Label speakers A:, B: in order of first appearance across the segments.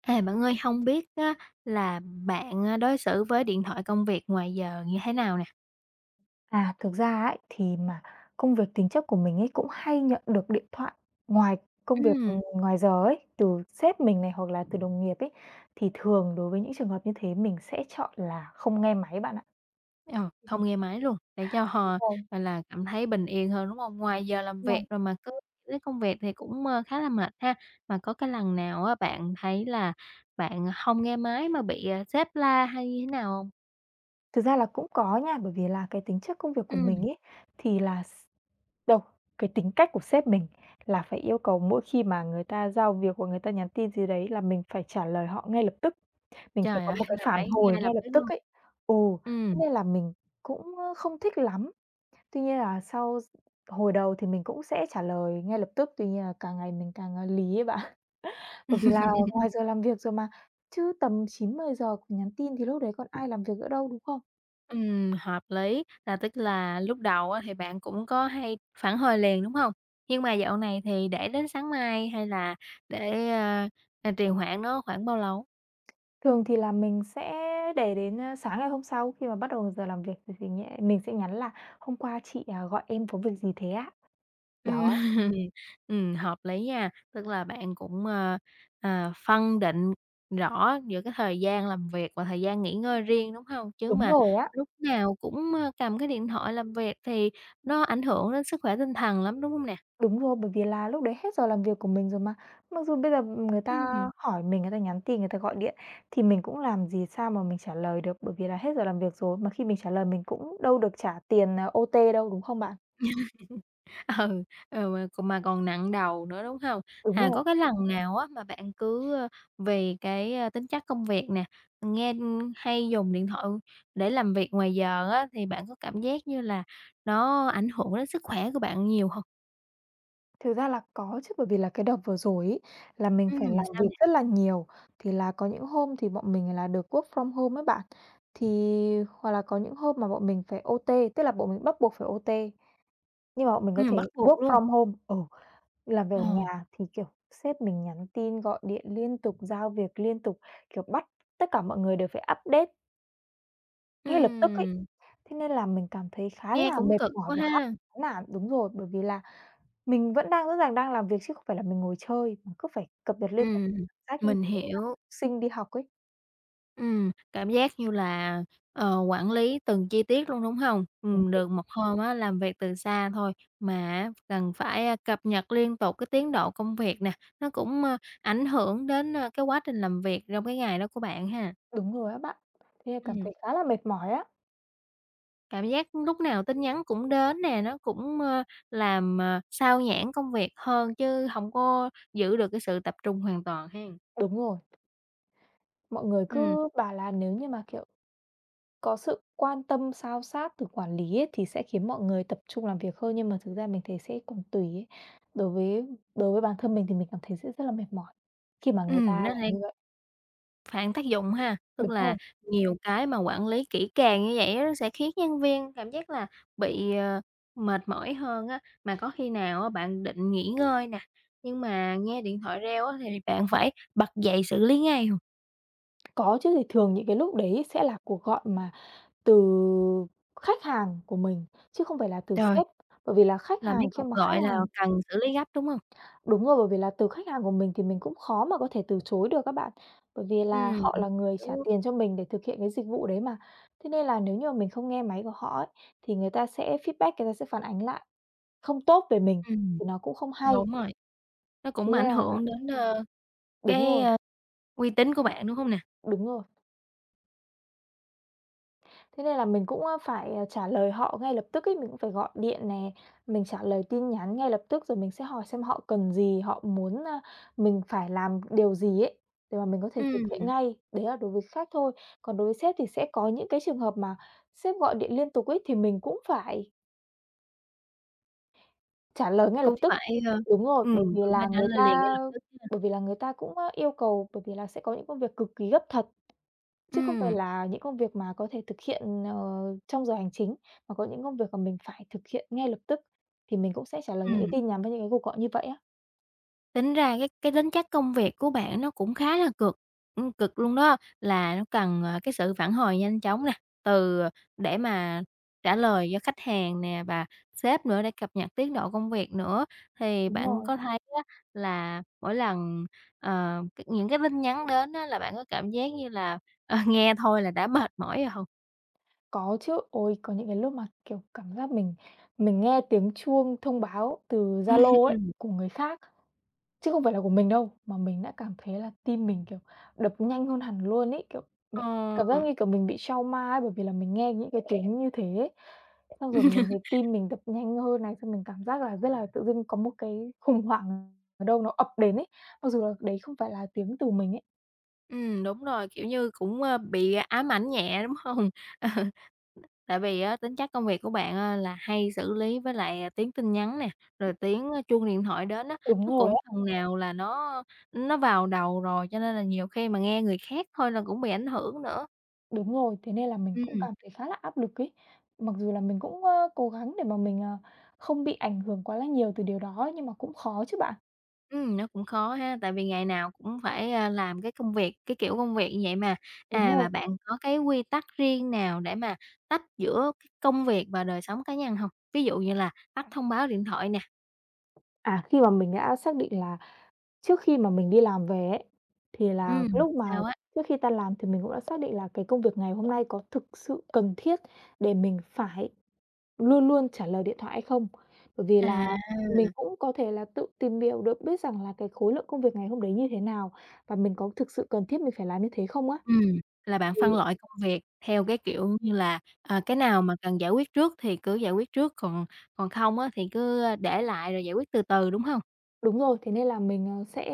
A: À, bạn ơi, không biết á là bạn, đối xử với điện thoại công việc ngoài giờ như thế nào nè?
B: À, thực ra ấy, thì mà công việc tính chất của mình ấy cũng hay nhận được điện thoại ngoài công việc, ừ,
A: Ừm,
B: ngoài giờ ấy, từ sếp mình này hoặc là từ đồng nghiệp ấy, thì thường đối với những trường hợp như thế mình sẽ chọn là không nghe máy bạn ạ.
A: ờ,
B: Ừm,
A: Không nghe máy luôn, để cho
B: đúng
A: họ,
B: rồi,
A: gọi là, cảm thấy bình yên hơn, đúng không? Ngoài giờ làm
B: đúng rồi.
A: việc rồi mà cứ lấy công việc thì cũng, khá là mệt ha. Mà có cái lần nào á bạn thấy là bạn không nghe máy mà bị, sếp la hay như thế nào không?
B: Thực ra là cũng có nha, bởi vì là cái tính chất công việc của mình
A: Ừm,
B: ấy, thì là Đâu, cái tính cách của sếp mình là phải yêu cầu mỗi khi mà người ta giao việc hoặc người ta nhắn tin gì đấy là mình phải trả lời họ ngay lập tức, mình phải
A: Trời
B: có
A: ơi,
B: một cái
A: là
B: phản
A: phải nghe
B: hồi
A: lập
B: ngay lập
A: tức
B: tức
A: luôn.
B: ấy. Ồ, thế
A: Ừm.
B: nên là mình cũng, ơ, không thích lắm. Tuy nhiên là sau s hồi đầu thì mình cũng sẽ trả lời ngay lập tức, tuy nhiên là càng ngày mình càng, à, lý ấy bạn. Bởi vì là ngoài giờ làm việc rồi mà, chứ tầm chín mười giờ nhắn tin thì lúc đấy còn ai làm việc nữa đâu, đúng không?
A: Hợp lý, là tức là lúc đầu á thì bạn cũng có hay phản hồi liền, đúng không? Nhưng mà dạo này thì để đến sáng mai hay là để, trì hoãn nó khoảng bao lâu?
B: Thường thì là mình sẽ để đến, a, sáng ngày hôm sau khi mà bắt đầu giờ làm việc thì nhẽ mình sẽ nhắn là "Hôm qua chị, à, gọi em có việc gì thế ạ?"
A: Ừm,
B: Đó,
A: Ừm. Hợp lý nha, tức là bạn cũng, phân định rõ giữa cái thời gian làm việc và thời gian nghỉ ngơi riêng, đúng không? Chứ
B: đúng
A: mà
B: rồi á,
A: lúc nào cũng, cầm cái điện thoại làm việc thì nó ảnh hưởng đến sức khỏe tinh thần lắm, đúng không nè?
B: đúng rồi, bởi vì là lúc đấy hết giờ làm việc của mình rồi mà. Mặc dù bây giờ người ta
A: Ừm.
B: hỏi mình, người ta nhắn tin, người ta gọi điện thì mình cũng làm gì sao mà mình trả lời được, bởi vì là hết giờ làm việc rồi, mà khi mình trả lời mình cũng đâu được trả tiền, à, OT đâu, đúng không bạn?
A: Ừ, mà còn nặng đầu nữa, đúng hông?
B: Đúng
A: À,
B: rồi.
A: có cái lần nào á mà bạn cứ, vì cái, tính chất công việc nè, nghe, hay dùng điện thoại để làm việc ngoài giờ á, thì bạn có cảm giác như là nó ảnh hưởng đến sức khỏe của bạn nhiều hông?
B: Thực ra là có chứ, bởi vì là cái đợt vừa rồi ấy, là mình phải làm
A: Sao
B: việc
A: nè?
B: rất là nhiều, thì là có những hôm thì bọn mình là được work from home ấy bạn. Thì Hoặc là có những hôm mà bọn mình phải OT, tức là bọn mình bắt buộc phải OT, nhưng mà bọn mình có thể
A: Bắt
B: work
A: buộc luôn.
B: from home ừ, làm việc ở
A: Ồ,
B: nhà thì, kiểu, sếp mình nhắn tin, gọi điện liên tục, giao việc liên tục, kiểu, bắt tất cả mọi người đều phải update ngay lập tức ấy.
A: ừm,
B: Thế nên là mình cảm thấy khá
A: nghe
B: là
A: cũng
B: mệt
A: cực
B: mỏi
A: quá
B: và khá là
A: ha.
B: chán nản đúng rồi, bởi vì là mình vẫn đang rõ ràng đang làm việc chứ không phải là mình ngồi chơi, mà cứ phải cập nhật liên tục
A: Ừm,
B: cảm giác như
A: mình
B: kiểu là học
A: hiểu.
B: sinh đi học ấy.
A: Cảm giác như là, quản lý từng chi tiết luôn, đúng không?
B: Đúng,
A: Được một hôm á làm việc từ xa thôi mà á cần phải, cập nhật liên tục cái tiến độ công việc nè, nó cũng, ảnh hưởng đến, cái quá trình làm việc trong cái ngày đó của bạn ha.
B: đúng rồi á bạn. Thế là cảm
A: Ừm,
B: thấy khá là mệt mỏi á.
A: Cảm giác lúc nào tin nhắn cũng đến nè, nó cũng, làm, xao nhãng công việc hơn chứ không có giữ được cái sự tập trung hoàn toàn ha.
B: Đúng rồi, mọi người
A: Ừm,
B: cứ bảo là nếu như mà, kiểu, có sự quan tâm sao sát từ quản lý ấy, thì sẽ khiến mọi người tập trung làm việc hơn, nhưng mà thực ra mình thấy sẽ còn tùy ấy. Đối với Đối với bản thân mình thì mình cảm thấy sẽ rất là mệt mỏi khi mà người ta
A: nó
B: làm
A: sẽ
B: như vậy.
A: phản tác dụng ha, tức
B: Đúng
A: là
B: không?
A: nhiều cái mà quản lý kỹ càng như vậy á, nó sẽ khiến nhân viên cảm giác là bị, mệt mỏi hơn á. Mà có khi nào á bạn định nghỉ ngơi nè, nhưng mà nghe điện thoại reo á thì bạn phải bật dậy xử lý ngay hông?
B: Có chứ, thì thường những cái lúc đấy sẽ là cuộc gọi mà Từ khách hàng của mình, chứ không phải là từ
A: Trời,
B: sếp. Bởi vì là khách
A: là mấy
B: hàng khi
A: cuộc
B: mà khách
A: gọi là
B: hàng
A: cần xử lý gấp, đúng không?
B: Đúng rồi, bởi vì là từ khách hàng của mình thì mình cũng khó mà có thể từ chối được á bạn. Bởi vì là
A: Ừm,
B: họ là người trả
A: hiểu,
B: tiền cho mình để thực hiện cái dịch vụ đấy mà. Thế nên là nếu như mà mình không nghe máy của họ ấy, thì người ta sẽ feedback, người ta sẽ phản ánh lại không tốt về mình,
A: ừm,
B: thì nó cũng không hay.
A: đúng rồi, nó
B: Thế
A: cũng ảnh
B: nên là
A: hưởng đến,
B: đúng
A: cái,
B: rồi,
A: uy tín của bạn, đúng không nè?
B: đúng rồi. Thế nên là mình cũng, ơ, phải, ờ, trả lời họ ngay lập tức ấy, mình cũng phải gọi điện nè, mình trả lời tin nhắn ngay lập tức, rồi mình sẽ hỏi xem họ cần gì, họ muốn, a, mình phải làm điều gì ấy, để mà mình có thể thực hiện
A: Ừm,
B: ngay. Đấy là đối với khách thôi, còn đối với sếp thì sẽ có những cái trường hợp mà sếp gọi điện liên tục ấy, thì mình cũng phải trả lời ngay lập
A: cũng
B: tức.
A: phải, ơ,
B: Đúng rồi, bởi
A: ừm,
B: vì
A: cũng phải
B: là
A: trả
B: người
A: lời liền ngay
B: ta
A: lập tức ha.
B: Bởi vì là người ta cũng, ơ, yêu cầu bởi vì là sẽ có những công việc cực kỳ gấp thật. Chứ không phải
A: Ừm,
B: là những công việc mà có thể thực hiện, ờ, trong giờ hành chính, mà có những công việc mà mình phải thực hiện ngay lập tức thì mình cũng sẽ trả lời những cái
A: ừm.
B: tin nhắn với những cái cuộc gọi như vậy á.
A: Tính ra cái tính chất công việc của bạn nó cũng khá là cực, cực luôn đó, là nó cần, cái sự phản hồi nhanh chóng nè, từ ờ, để mà trả lời cho khách hàng nè và sếp nữa để cập nhật tiến độ công việc nữa. Thì
B: Đúng
A: bạn
B: rồi,
A: có thấy á là mỗi lần, ờ, c những cái tin nhắn đến á là bạn có cảm giác như là, nghe thôi là đã mệt mỏi rồi không?
B: có chứ. Ôi, có những cái lúc mà, kiểu, cảm giác mình nghe tiếng chuông thông báo từ Zalo ấy,
A: Ừm,
B: của người khác chứ không phải là của mình đâu, mà mình đã cảm thấy là tim mình, kiểu, đập nhanh hơn hẳn luôn ấy, kiểu,
A: ờ.
B: mẹ cảm giác như, kiểu, mình bị trauma ấy, bởi vì là mình nghe những cái tiếng như thế ấy. Xong rồi mình thấy tim mình đập nhanh hơn này, xong mình cảm giác là rất là tự dưng có một cái khủng hoảng ở đâu nó ập đến ấy, mặc dù là đấy không phải là tiếng từ mình ấy.
A: Đúng rồi, kiểu như, cũng, bị ám ảnh nhẹ, đúng không? Tại vì á, tính chất công việc của bạn á, là hay xử lý với lại, tiếng tin nhắn nè, rồi tiếng, chuông điện thoại đến á,
B: Đúng
A: nó
B: rồi
A: cũng
B: á,
A: phần nào là nó vào đầu rồi, cho nên là nhiều khi mà nghe người khác thôi là cũng bị ảnh hưởng nữa.
B: đúng rồi, thế nên là mình cũng
A: Ừm,
B: cảm thấy khá là áp lực ấy. Mặc dù là mình cũng, ơ, cố gắng để mà mình, ờ, không bị ảnh hưởng quá là nhiều từ điều đó ấy, nhưng mà cũng khó chứ bạn.
A: nó cũng khó ha, tại vì ngày nào cũng phải, làm cái công việc, cái kiểu công việc như vậy mà.
B: Đúng
A: À,
B: rồi.
A: mà bạn có cái quy tắc riêng nào để mà tách giữa cái công việc và đời sống cá nhân không? Ví dụ như là tắt thông báo điện thoại nè,
B: À, khi mà mình đã xác định là Trước khi mà mình đi làm về ấy, thì là
A: ừm,
B: lúc mà
A: sao á?
B: Trước khi tan làm thì mình cũng đã xác định là cái công việc ngày hôm nay có thực sự cần thiết để mình phải luôn luôn trả lời điện thoại hay không. Bởi vì
A: À.
B: là mình cũng có thể là tự tìm hiểu được biết rằng là cái khối lượng công việc ngày hôm đấy như thế nào và mình có thực sự cần thiết mình phải làm như thế không á.
A: Ừm, là bạn
B: Thì
A: phân loại công việc theo cái kiểu như là, cái nào mà cần giải quyết trước thì cứ giải quyết trước, còn còn không á thì cứ, để lại rồi giải quyết từ từ, đúng hông?
B: Đúng rồi, thế nên là mình, ờ,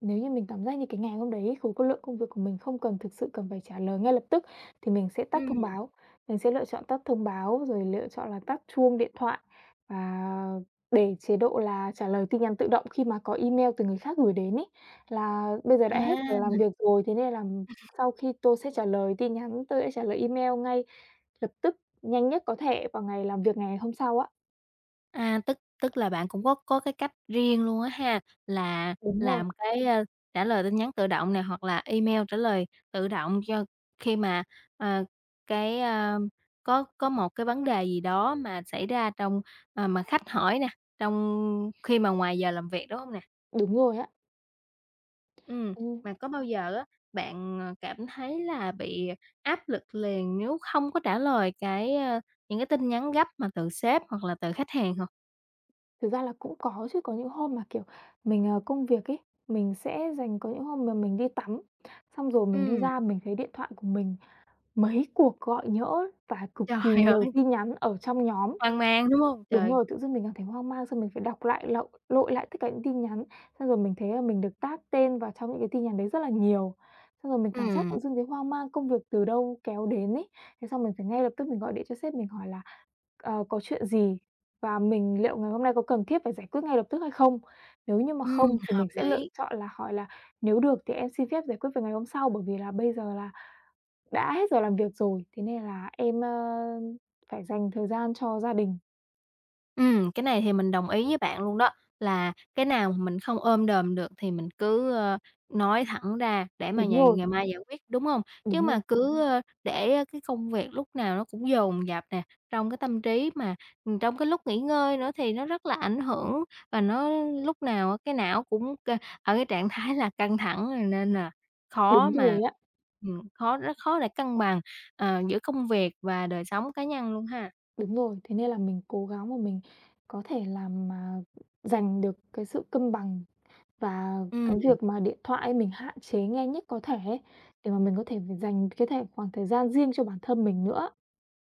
B: nếu như mình cảm giác như cái ngày hôm đấy khối lượng công việc của mình không thực sự cần phải trả lời ngay lập tức thì mình sẽ tắt thông
A: Ừm,
B: báo. Mình sẽ lựa chọn tắt thông báo, rồi lựa chọn là tắt chuông điện thoại và để chế độ là trả lời tin nhắn tự động khi mà có email từ người khác gửi đến ấy, là bây giờ đã hết giờ làm
A: à,
B: việc rồi, thế nên là sau khi tôi sẽ trả lời tin nhắn, tôi sẽ trả lời email ngay lập tức, nhanh nhất có thể vào ngày làm việc ngày hôm sau á.
A: tức tức là bạn cũng có cái cách riêng luôn á ha, là
B: Đúng rồi,
A: làm cái, trả lời tin nhắn tự động nè, hoặc là email trả lời tự động cho khi mà, ờ, cái, a, có một cái vấn đề gì đó mà xảy ra trong, mà khách hỏi nè, trong khi mà ngoài giờ làm việc, đúng hông nè?
B: đúng rồi á.
A: Ừm,
B: Ừm.
A: mà có bao giờ á, bạn, cảm thấy là bị áp lực liền nếu không có trả lời cái, những cái tin nhắn gấp mà từ sếp hoặc là từ khách hàng hông?
B: Thực ra là cũng có chứ, có những hôm mà, kiểu, mình, ờ, công việc ấy, mình sẽ dành có những hôm mà mình đi tắm, xong rồi mình đi
A: Ừm,
B: ra mình thấy điện thoại của mình mấy cuộc gọi nhỡ và cực kỳ
A: Trời
B: nhiều
A: ơi,
B: tin nhắn ở trong nhóm.
A: hoang mang, đúng hông?
B: Đúng
A: Trời,
B: rồi, tự dưng mình cảm thấy hoang mang, xong mình phải đọc lại lậu lội lại tất cả những tin nhắn, xong rồi mình thấy là mình được tag tên vào trong những cái tin nhắn đấy rất là nhiều. Xong rồi mình cảm giác tự
A: ừm,
B: dưng thấy hoang mang, công việc từ đâu kéo đến ấy. Thế xong mình phải ngay lập tức mình gọi điện cho sếp mình hỏi là "Ờ, có chuyện gì? Và mình liệu ngày hôm nay có cần thiết phải giải quyết ngay lập tức hay không? Nếu như mà không thì mình
A: hợp
B: sẽ lựa
A: lý.
B: chọn là hỏi là nếu được thì em xin phép giải quyết vào ngày hôm sau, bởi vì là bây giờ là đã hết giờ làm việc rồi, thế nên là em, ơ, phải dành thời gian cho gia đình."
A: Cái này thì mình đồng ý với bạn luôn đó, là cái nào mà mình không ôm đồm được thì mình cứ, nói thẳng ra để mà
B: Đúng
A: ngày
B: rồi.
A: ngày mai giải quyết, đúng hông? Chứ
B: Đúng rồi,
A: mà cứ, để cái công việc lúc nào nó cũng dồn dập nè, trong cái tâm trí mà, trong cái lúc nghỉ ngơi nữa thì nó rất là ảnh hưởng và nó lúc nào á cái não cũng ở cái trạng thái là căng thẳng rồi nên là khó
B: đúng
A: mà
B: rồi á,
A: khó rất khó để cân bằng, giữa công việc và đời sống cá nhân luôn ha.
B: Đúng rồi. Thế nên là mình cố gắng mà mình có thể làm mà giành được cái sự cân bằng và cái
A: Ừm.
B: việc mà điện thoại ấy mình hạn chế nghe nhất có thể ấy, để mà mình có thể phải dành cái khoảng thời gian riêng cho bản thân mình nữa.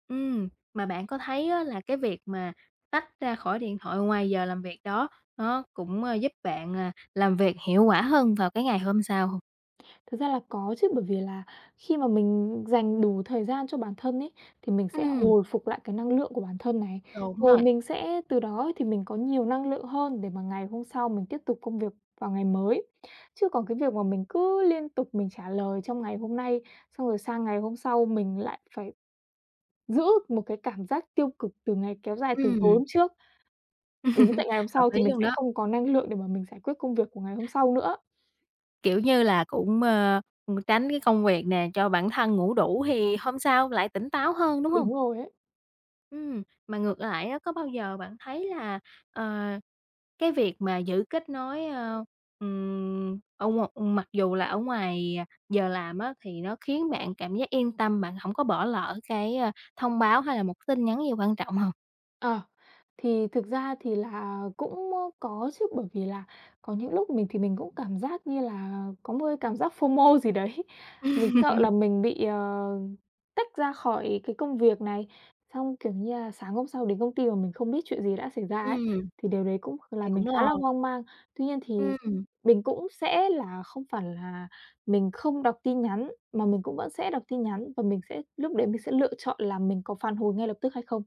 A: Mà bạn có thấy á là cái việc mà tách ra khỏi điện thoại ngoài giờ làm việc đó, nó cũng, giúp bạn, làm việc hiệu quả hơn vào cái ngày hôm sau hông?
B: Thực ra là có chứ, bởi vì là khi mà mình dành đủ thời gian cho bản thân ấy, thì mình sẽ
A: Ừm,
B: hồi phục lại cái năng lượng của bản thân này.
A: đúng
B: Rồi
A: rồi.
B: mình sẽ từ đó thì mình có nhiều năng lượng hơn để mà ngày hôm sau mình tiếp tục công việc vào ngày mới. Chứ còn cái việc mà mình cứ liên tục mình trả lời trong ngày hôm nay, xong rồi sang ngày hôm sau mình lại phải giữ một cái cảm giác tiêu cực từ ngày kéo dài từ tối
A: Ừm,
B: hôm trước đến tận ngày hôm
A: Hợp
B: sau,
A: lý
B: thì mình
A: luôn
B: sẽ
A: đó,
B: không có năng lượng để mà mình giải quyết công việc của ngày hôm sau nữa.
A: kiểu như là, cũng, tránh cái công việc nè, cho bản thân ngủ đủ thì hôm sau lại tỉnh táo hơn, đúng không?
B: Đúng rồi ấy.
A: Mà ngược lại á, có bao giờ bạn thấy là, ờ cái việc mà giữ kết nối, ở ngoài mặc dù là ở ngoài giờ làm á, thì nó khiến bạn cảm giác yên tâm, bạn không có bỏ lỡ cái, thông báo hay là một tin nhắn gì quan trọng hông?
B: Ờ, thì thực ra thì là cũng, có chứ, bởi vì là có những lúc mình thì mình cũng cảm giác như là có một cái cảm giác FOMO gì đấy. Mình sợ là mình bị, tách ra khỏi cái công việc này, xong, kiểu như là, sáng hôm sau đến công ty mà mình không biết chuyện gì đã xảy ra ấy,
A: Ừm,
B: thì điều đấy cũng
A: thì
B: làm mình
A: cũng
B: khá
A: lo.
B: là hoang mang. Tuy nhiên thì
A: Ừm,
B: mình cũng sẽ là không phải là mình không đọc tin nhắn, mà mình cũng vẫn sẽ đọc tin nhắn, và mình sẽ lúc đấy mình sẽ lựa chọn là mình có phản hồi ngay lập tức hay không.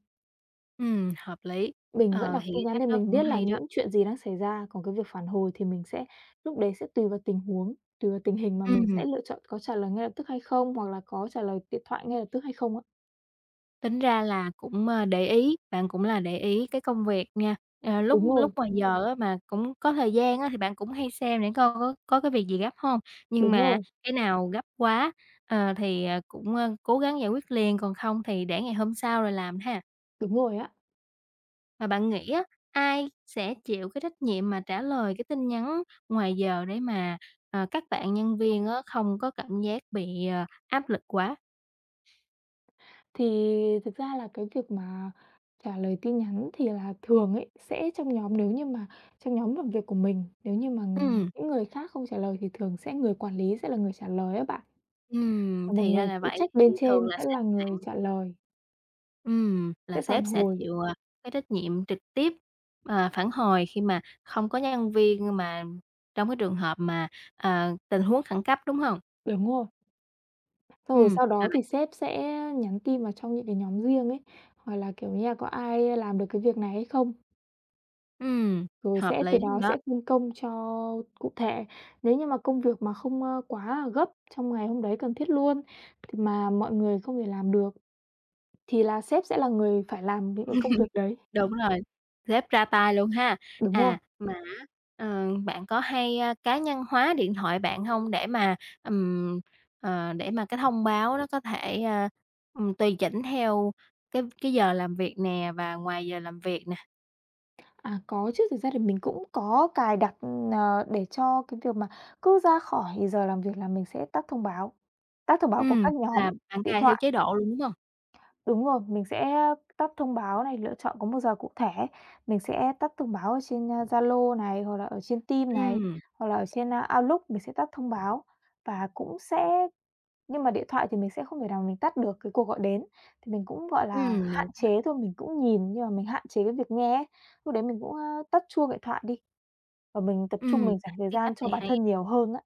A: Hợp lý.
B: Mình vẫn
A: Ờ,
B: đọc
A: thì
B: tin
A: cái
B: nhắn
A: cách
B: để
A: đó
B: mình
A: cũng
B: biết là
A: hay đó.
B: những chuyện gì đang xảy ra, còn cái việc phản hồi thì mình sẽ lúc đấy sẽ tùy vào tình huống, tùy vào tình hình mà mình sẽ
A: Ừm.
B: lựa chọn có trả lời ngay lập tức hay không, hoặc là có trả lời điện thoại ngay lập tức hay không á.
A: Tính ra là cũng, để ý, bạn cũng là để ý cái công việc nha. Ờ, lúc
B: Đúng rồi,
A: lúc ngoài giờ á mà cũng có thời gian á thì bạn cũng hay xem để coi có cái việc gì gấp không, nhưng
B: đúng
A: mà
B: rồi,
A: cái nào gấp quá, cũng, cố gắng giải quyết liền, còn không thì để ngày hôm sau rồi làm ha.
B: đúng rồi á.
A: Mà bạn nghĩ á, ai sẽ chịu cái trách nhiệm mà trả lời cái tin nhắn ngoài giờ để mà, các bạn nhân viên á không có cảm giác bị, áp lực quá?
B: Thì thực ra là cái việc mà trả lời tin nhắn thì là thường ấy, sẽ trong nhóm, nếu như mà trong nhóm làm việc của mình, nếu như mà
A: Ừm,
B: những người khác không trả lời thì thường sẽ người quản lý sẽ là người trả lời á bạn, và một
A: thì ra
B: người
A: là
B: phụ
A: vậy,
B: trách bên
A: thì thường
B: trên
A: là
B: sẽ là
A: sếp
B: người
A: bạn.
B: trả lời,
A: Là
B: sẽ phản
A: sếp sẽ
B: hồi.
A: chịu, cái trách nhiệm trực tiếp, phản hồi khi mà không có nhân viên mà trong cái trường hợp mà, tình huống khẩn cấp, đúng hông?
B: Đúng rồi. Rồi
A: Ừm,
B: sau
A: à,
B: đó thì sếp sẽ nhắn tin vào trong những cái nhóm riêng ấy, hoặc là, kiểu như là, có ai làm được cái việc này hay không,
A: ừm,
B: rồi
A: Hợp
B: sẽ từ
A: lý luôn
B: đó
A: đó,
B: sẽ phân công cho cụ thể. Nếu như mà công việc mà không, quá là gấp trong ngày hôm đấy cần thiết luôn, thì mà mọi người không thể làm được thì là sếp sẽ là người phải làm những cái công việc đấy.
A: đúng rồi, sếp ra tay luôn ha.
B: Đúng rồi.
A: À, mà á, bạn có hay, cá nhân hóa điện thoại bạn hông để mà, ừm, cái thông báo nó có thể, tùy chỉnh theo cái giờ làm việc nè và ngoài giờ làm việc?
B: À, có chứ, thực ra thì mình cũng có cài đặt, để cho cái việc mà cứ ra khỏi giờ làm việc là mình sẽ tắt thông báo của các nhóm
A: Là bạn
B: điện
A: cài theo
B: thoại.
A: chế độ luôn, đúng hông?
B: Đúng rồi, mình sẽ tắt thông báo này, lựa chọn có một giờ cụ thể. Mình sẽ tắt thông báo ở trên, Zalo này, hoặc là ở trên Teams này,
A: Ừm,
B: hoặc là ở trên, Outlook, mình sẽ tắt thông báo và cũng sẽ, nhưng mà điện thoại thì mình sẽ không thể nào mình tắt được cái cuộc gọi đến, thì mình cũng, gọi là, hạn
A: đúng rồi,
B: chế thôi, mình cũng nhìn nhưng mà mình hạn chế cái việc nghe ấy. Lúc đấy mình cũng, tắt chuông điện thoại đi và mình tập trung
A: ừm,
B: mình dành thời
A: cái cách
B: gian cho
A: này
B: bản
A: hay.
B: thân nhiều hơn á.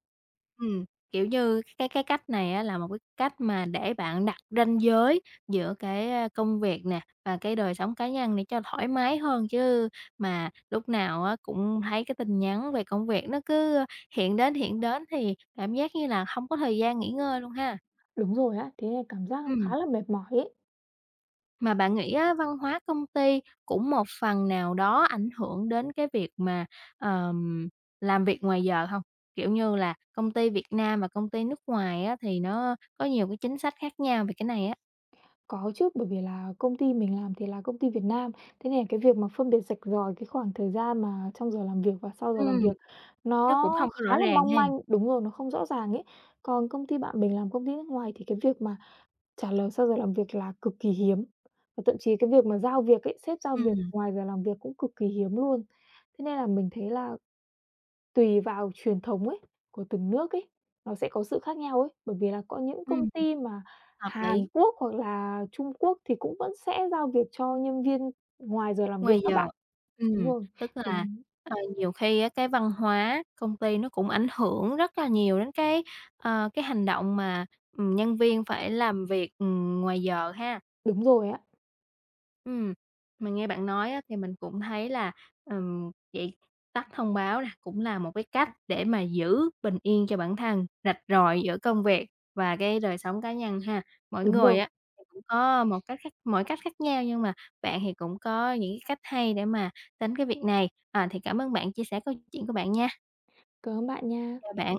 A: Ừm, Kiểu như, cái cách này á là một cái cách mà để bạn đặt ranh giới giữa cái, công việc nè và cái đời sống cá nhân để cho thoải mái hơn, chứ mà lúc nào á cũng thấy cái tin nhắn về công việc nó cứ hiện đến thì cảm giác như là hông có thời gian nghỉ ngơi luôn ha.
B: Đúng rồi á, thế nên cảm giác
A: Ừm.
B: khá là mệt mỏi ấy.
A: Mà bạn nghĩ á, văn hóa công ty cũng một phần nào đó ảnh hưởng đến cái việc mà, ờm, làm việc ngoài giờ không? Kiểu như là, công ty Việt Nam và công ty nước ngoài á, thì nó có nhiều cái chính sách khác nhau về cái này á.
B: Có chứ, bởi vì là công ty mình làm thì là công ty Việt Nam, thế nên là cái việc mà phân biệt rạch ròi cái khoảng thời gian mà trong giờ làm việc và sau giờ làm
A: Ừm,
B: việc
A: nó
B: nó
A: cũng không có rõ
B: khá là
A: ràng
B: mong
A: ha.
B: manh, đúng rồi, nó không rõ ràng ấy. Còn công ty bạn mình làm công ty nước ngoài thì cái việc mà trả lời sau giờ làm việc là cực kỳ hiếm, và thậm chí cái việc mà giao việc ấy, sếp giao việc
A: Ừm,
B: ngoài giờ làm việc cũng cực kỳ hiếm luôn. Thế nên là mình thấy là tùy vào truyền thống ấy, của từng nước ấy, nó sẽ có sự khác nhau ấy, bởi vì là có những công
A: ừm,
B: ty mà
A: Hợp
B: Hàn
A: lý,
B: Quốc hoặc là Trung Quốc thì cũng vẫn sẽ giao việc cho nhân viên ngoài giờ làm việc
A: ngoài
B: các
A: giờ.
B: bạn. Đúng rồi,
A: Tức là,
B: ừm,
A: nhiều khi á, cái văn hóa công ty nó cũng ảnh hưởng rất là nhiều đến cái, cái hành động mà, nhân viên phải làm việc, ngoài giờ ha.
B: đúng rồi á,
A: Ừm, mình nghe bạn nói á, thì mình cũng thấy là, vậy tắt thông báo nè, cũng là một cái cách để mà giữ bình yên cho bản thân, rạch ròi giữa công việc và cái đời sống cá nhân ha. Mỗi
B: đúng
A: người
B: rồi.
A: á, thì cũng có một cách khác mỗi cách khác nhau nhưng mà bạn thì cũng có những cái cách hay để mà tránh cái việc này. À, thì cảm ơn bạn chia sẻ câu chuyện của bạn nha.
B: Cảm ơn bạn nha.
A: Chào bạn.